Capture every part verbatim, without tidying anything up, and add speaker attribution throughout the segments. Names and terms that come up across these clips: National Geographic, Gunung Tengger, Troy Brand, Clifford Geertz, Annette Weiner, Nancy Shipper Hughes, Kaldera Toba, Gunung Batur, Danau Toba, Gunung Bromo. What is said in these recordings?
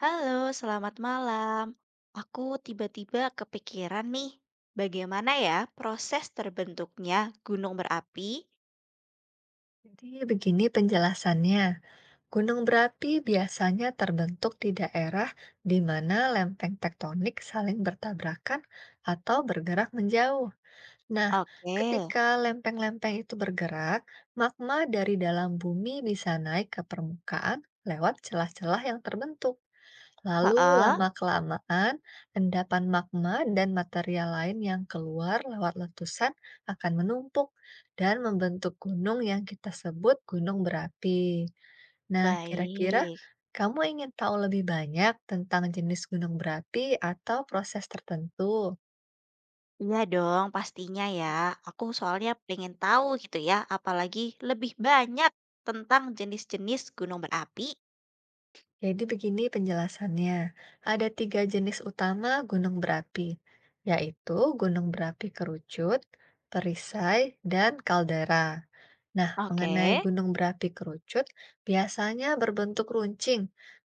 Speaker 1: Halo, selamat malam. Aku tiba-tiba kepikiran nih, bagaimana ya proses terbentuknya gunung berapi?
Speaker 2: Jadi begini penjelasannya, gunung berapi biasanya terbentuk di daerah di mana lempeng tektonik saling bertabrakan atau bergerak menjauh. Nah,
Speaker 1: Oke,
Speaker 2: ketika lempeng-lempeng itu bergerak, magma dari dalam bumi bisa naik ke permukaan lewat celah-celah yang terbentuk. Lalu
Speaker 1: heeh,
Speaker 2: lama-kelamaan, endapan magma dan material lain yang keluar lewat letusan akan menumpuk dan membentuk gunung yang kita sebut gunung berapi. Nah, kira-kira
Speaker 1: baik.
Speaker 2: kamu ingin tahu lebih banyak tentang jenis gunung berapi atau proses tertentu?
Speaker 1: Iya dong, pastinya ya. Aku soalnya pengen tahu gitu ya, apalagi lebih banyak tentang jenis-jenis gunung berapi.
Speaker 2: Jadi begini penjelasannya. Ada tiga jenis utama gunung berapi, yaitu gunung berapi kerucut, perisai, dan kaldera. Nah,
Speaker 1: Oke,
Speaker 2: mengenai gunung berapi kerucut, biasanya berbentuk runcing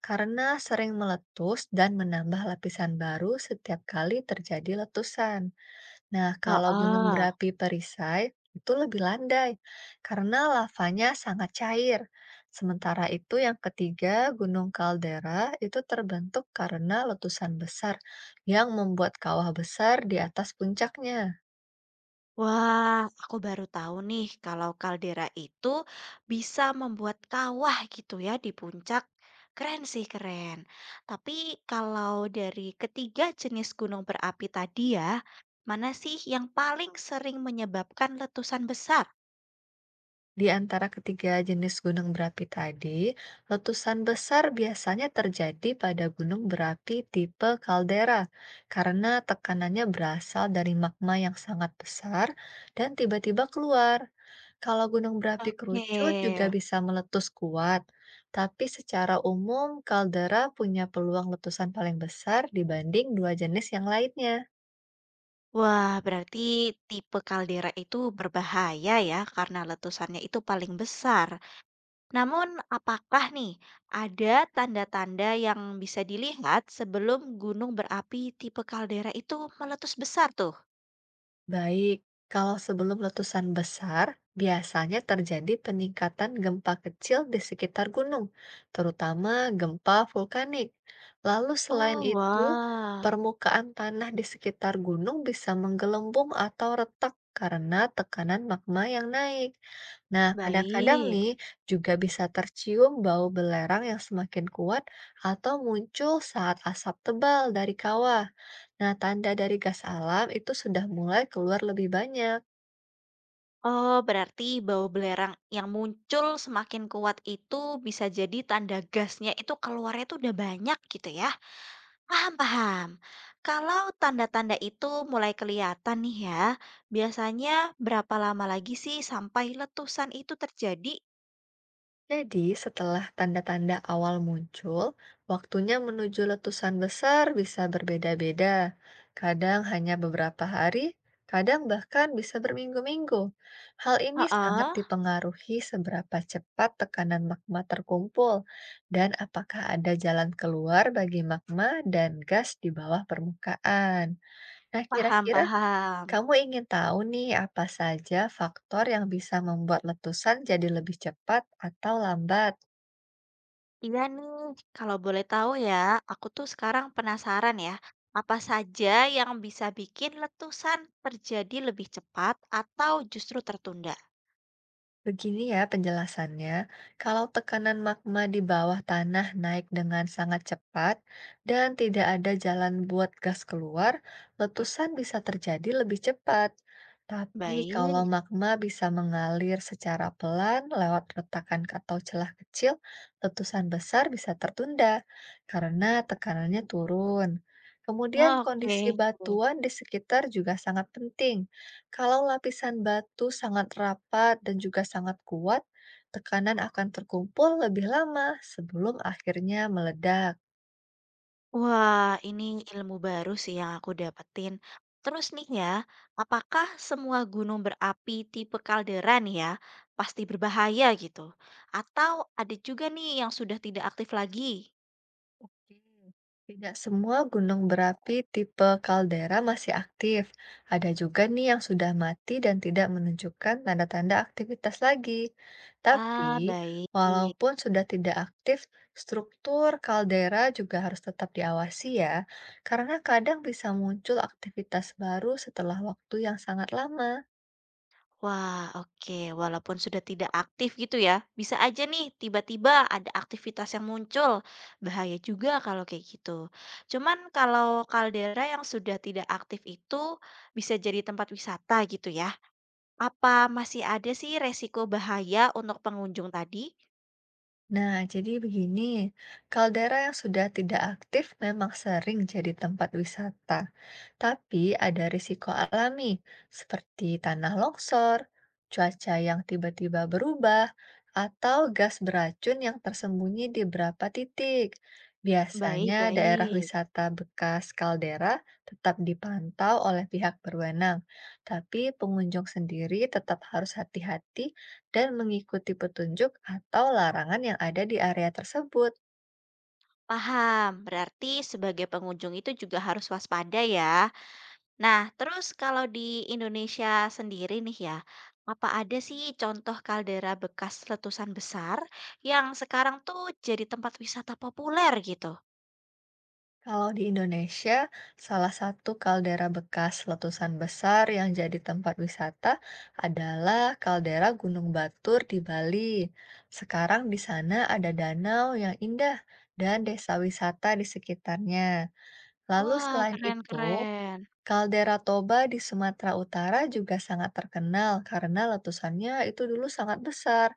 Speaker 2: karena sering meletus dan menambah lapisan baru setiap kali terjadi letusan. Nah, kalau gunung
Speaker 1: heeh.
Speaker 2: berapi perisai, itu lebih landai karena lavanya sangat cair. Sementara itu, yang ketiga, gunung kaldera itu terbentuk karena letusan besar yang membuat kawah besar di atas puncaknya.
Speaker 1: Wah, aku baru tahu nih kalau kaldera itu bisa membuat kawah gitu ya di puncak. Keren sih, keren. Tapi kalau dari ketiga jenis gunung berapi tadi ya, mana sih yang paling sering menyebabkan letusan besar?
Speaker 2: Di antara ketiga jenis gunung berapi tadi, letusan besar biasanya terjadi pada gunung berapi tipe kaldera karena tekanannya berasal dari magma yang sangat besar dan tiba-tiba keluar. Kalau gunung berapi
Speaker 1: Oke.
Speaker 2: kerucut juga bisa meletus kuat, tapi secara umum kaldera punya peluang letusan paling besar dibanding dua jenis yang lainnya.
Speaker 1: Wah, berarti tipe kaldera itu berbahaya ya karena letusannya itu paling besar. Namun, apakah nih ada tanda-tanda yang bisa dilihat sebelum gunung berapi tipe kaldera itu meletus besar tuh?
Speaker 2: Baik, kalau sebelum letusan besar, biasanya terjadi peningkatan gempa kecil di sekitar gunung, terutama gempa vulkanik. Lalu selain
Speaker 1: Oh,
Speaker 2: itu,
Speaker 1: wah,
Speaker 2: permukaan tanah di sekitar gunung bisa menggelembung atau retak karena tekanan magma yang naik. Nah, kadang-kadang
Speaker 1: baik.
Speaker 2: nih juga bisa tercium bau belerang yang semakin kuat atau muncul saat asap tebal dari kawah. Nah, tanda dari gas alam itu sudah mulai keluar lebih banyak.
Speaker 1: Oh, berarti bau belerang yang muncul semakin kuat itu bisa jadi tanda gasnya itu keluarnya tuh udah banyak gitu ya. Paham, paham. Kalau tanda-tanda itu mulai kelihatan nih ya, biasanya berapa lama lagi sih sampai letusan itu terjadi?
Speaker 2: Jadi, setelah tanda-tanda awal muncul, waktunya menuju letusan besar bisa berbeda-beda. Kadang hanya beberapa hari, kadang bahkan bisa berminggu-minggu. Hal ini sangat
Speaker 1: Heeh.
Speaker 2: dipengaruhi seberapa cepat tekanan magma terkumpul dan apakah ada jalan keluar bagi magma dan gas di bawah permukaan. Nah,
Speaker 1: Paham,
Speaker 2: kira-kira
Speaker 1: paham.
Speaker 2: kamu ingin tahu nih apa saja faktor yang bisa membuat letusan jadi lebih cepat atau lambat?
Speaker 1: Iya nih, kalau boleh tahu ya, aku tuh sekarang penasaran ya, apa saja yang bisa bikin letusan terjadi lebih cepat atau justru tertunda?
Speaker 2: Begini ya penjelasannya, kalau tekanan magma di bawah tanah naik dengan sangat cepat dan tidak ada jalan buat gas keluar, letusan bisa terjadi lebih cepat. Tapi kalau
Speaker 1: Baik,
Speaker 2: magma bisa mengalir secara pelan lewat retakan atau celah kecil, letusan besar bisa tertunda karena tekanannya turun. Kemudian kondisi
Speaker 1: oke.
Speaker 2: batuan di sekitar juga sangat penting. Kalau lapisan batu sangat rapat dan juga sangat kuat, tekanan akan terkumpul lebih lama sebelum akhirnya meledak.
Speaker 1: Wah, ini ilmu baru sih yang aku dapetin. Terus nih ya, apakah semua gunung berapi tipe kaldera nih ya, pasti berbahaya gitu? Atau ada juga nih yang sudah tidak aktif lagi?
Speaker 2: Oke, tidak semua gunung berapi tipe kaldera masih aktif. Ada juga nih yang sudah mati dan tidak menunjukkan tanda-tanda aktivitas lagi. Tapi,
Speaker 1: Ah, baik.
Speaker 2: walaupun sudah tidak aktif, struktur kaldera juga harus tetap diawasi ya, karena kadang bisa muncul aktivitas baru setelah waktu yang sangat lama.
Speaker 1: Wah, oke. Walaupun sudah tidak aktif gitu ya, bisa aja nih tiba-tiba ada aktivitas yang muncul. Bahaya juga kalau kayak gitu. Cuman kalau kaldera yang sudah tidak aktif itu bisa jadi tempat wisata gitu ya. Apa masih ada sih resiko bahaya untuk pengunjung tadi?
Speaker 2: Nah, jadi begini, kaldera yang sudah tidak aktif memang sering jadi tempat wisata, tapi ada risiko alami seperti tanah longsor, cuaca yang tiba-tiba berubah, atau gas beracun yang tersembunyi di beberapa titik.
Speaker 1: Baik,
Speaker 2: Biasanya daerah
Speaker 1: baik.
Speaker 2: wisata bekas kaldera tetap dipantau oleh pihak berwenang, tapi pengunjung sendiri tetap harus hati-hati dan mengikuti petunjuk atau larangan yang ada di area tersebut.
Speaker 1: Paham. Berarti sebagai pengunjung itu juga harus waspada ya. Nah, terus kalau di Indonesia sendiri nih ya, apa ada sih contoh kaldera bekas letusan besar yang sekarang tuh jadi tempat wisata populer gitu?
Speaker 2: Kalau di Indonesia, salah satu kaldera bekas letusan besar yang jadi tempat wisata adalah kaldera Gunung Batur di Bali. Sekarang di sana ada danau yang indah dan desa wisata di sekitarnya. Lalu
Speaker 1: Wah,
Speaker 2: selain itu,
Speaker 1: keren-keren.
Speaker 2: kaldera Toba di Sumatera Utara juga sangat terkenal karena letusannya itu dulu sangat besar.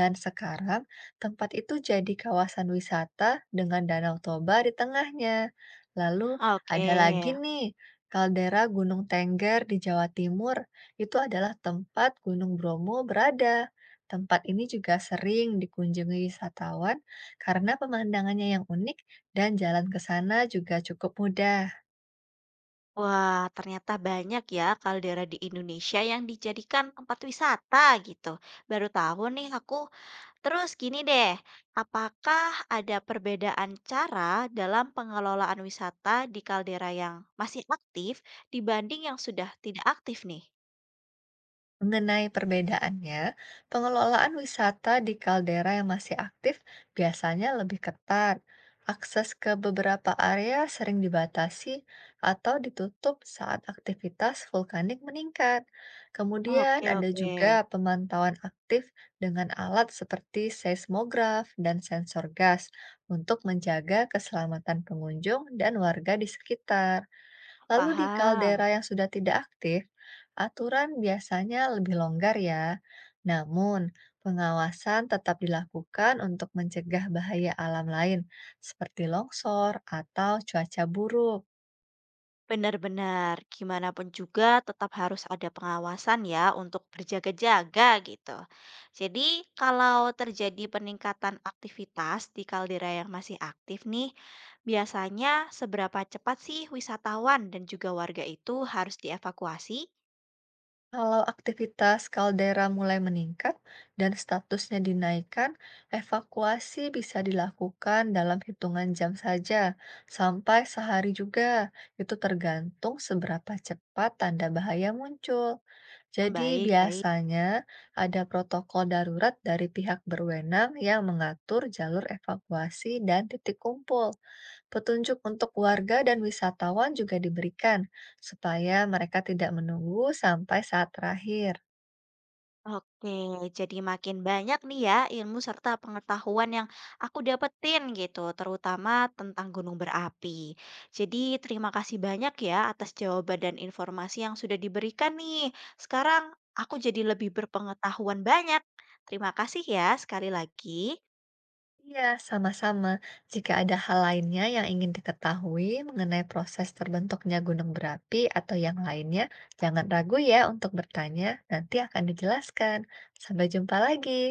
Speaker 2: Dan sekarang, tempat itu jadi kawasan wisata dengan Danau Toba di tengahnya. Lalu
Speaker 1: Oke.
Speaker 2: ada lagi nih, kaldera Gunung Tengger di Jawa Timur. Itu adalah tempat Gunung Bromo berada. Tempat ini juga sering dikunjungi wisatawan karena pemandangannya yang unik dan jalan ke sana juga cukup mudah.
Speaker 1: Wah, ternyata banyak ya kaldera di Indonesia yang dijadikan tempat wisata gitu. Baru tahu nih aku. Terus gini deh, apakah ada perbedaan cara dalam pengelolaan wisata di kaldera yang masih aktif dibanding yang sudah tidak aktif nih?
Speaker 2: Mengenai perbedaannya, pengelolaan wisata di kaldera yang masih aktif biasanya lebih ketat. Akses ke beberapa area sering dibatasi atau ditutup saat aktivitas vulkanik meningkat. Kemudian
Speaker 1: Oke,
Speaker 2: ada
Speaker 1: oke,
Speaker 2: juga pemantauan aktif dengan alat seperti seismograf dan sensor gas untuk menjaga keselamatan pengunjung dan warga di sekitar. Lalu di kaldera
Speaker 1: paham.
Speaker 2: yang sudah tidak aktif, aturan biasanya lebih longgar ya. Namun, pengawasan tetap dilakukan untuk mencegah bahaya alam lain seperti longsor atau cuaca buruk.
Speaker 1: Benar-benar, gimana pun juga tetap harus ada pengawasan ya untuk berjaga-jaga gitu. Jadi kalau terjadi peningkatan aktivitas di kaldera yang masih aktif nih, biasanya seberapa cepat sih wisatawan dan juga warga itu harus dievakuasi?
Speaker 2: Kalau aktivitas kaldera mulai meningkat dan statusnya dinaikkan, evakuasi bisa dilakukan dalam hitungan jam saja, sampai sehari juga. Itu tergantung seberapa cepat tanda bahaya muncul. Jadi
Speaker 1: Baik, baik.
Speaker 2: biasanya ada protokol darurat dari pihak berwenang yang mengatur jalur evakuasi dan titik kumpul. Petunjuk untuk warga dan wisatawan juga diberikan, supaya mereka tidak menunggu sampai saat terakhir.
Speaker 1: Oke, jadi makin banyak nih ya ilmu serta pengetahuan yang aku dapetin gitu, terutama tentang gunung berapi. Jadi terima kasih banyak ya atas jawaban dan informasi yang sudah diberikan nih. Sekarang aku jadi lebih berpengetahuan banyak. Terima kasih ya sekali lagi.
Speaker 2: Iya, sama-sama. Jika ada hal lainnya yang ingin diketahui mengenai proses terbentuknya gunung berapi atau yang lainnya, jangan ragu ya untuk bertanya, nanti akan dijelaskan. Sampai jumpa lagi.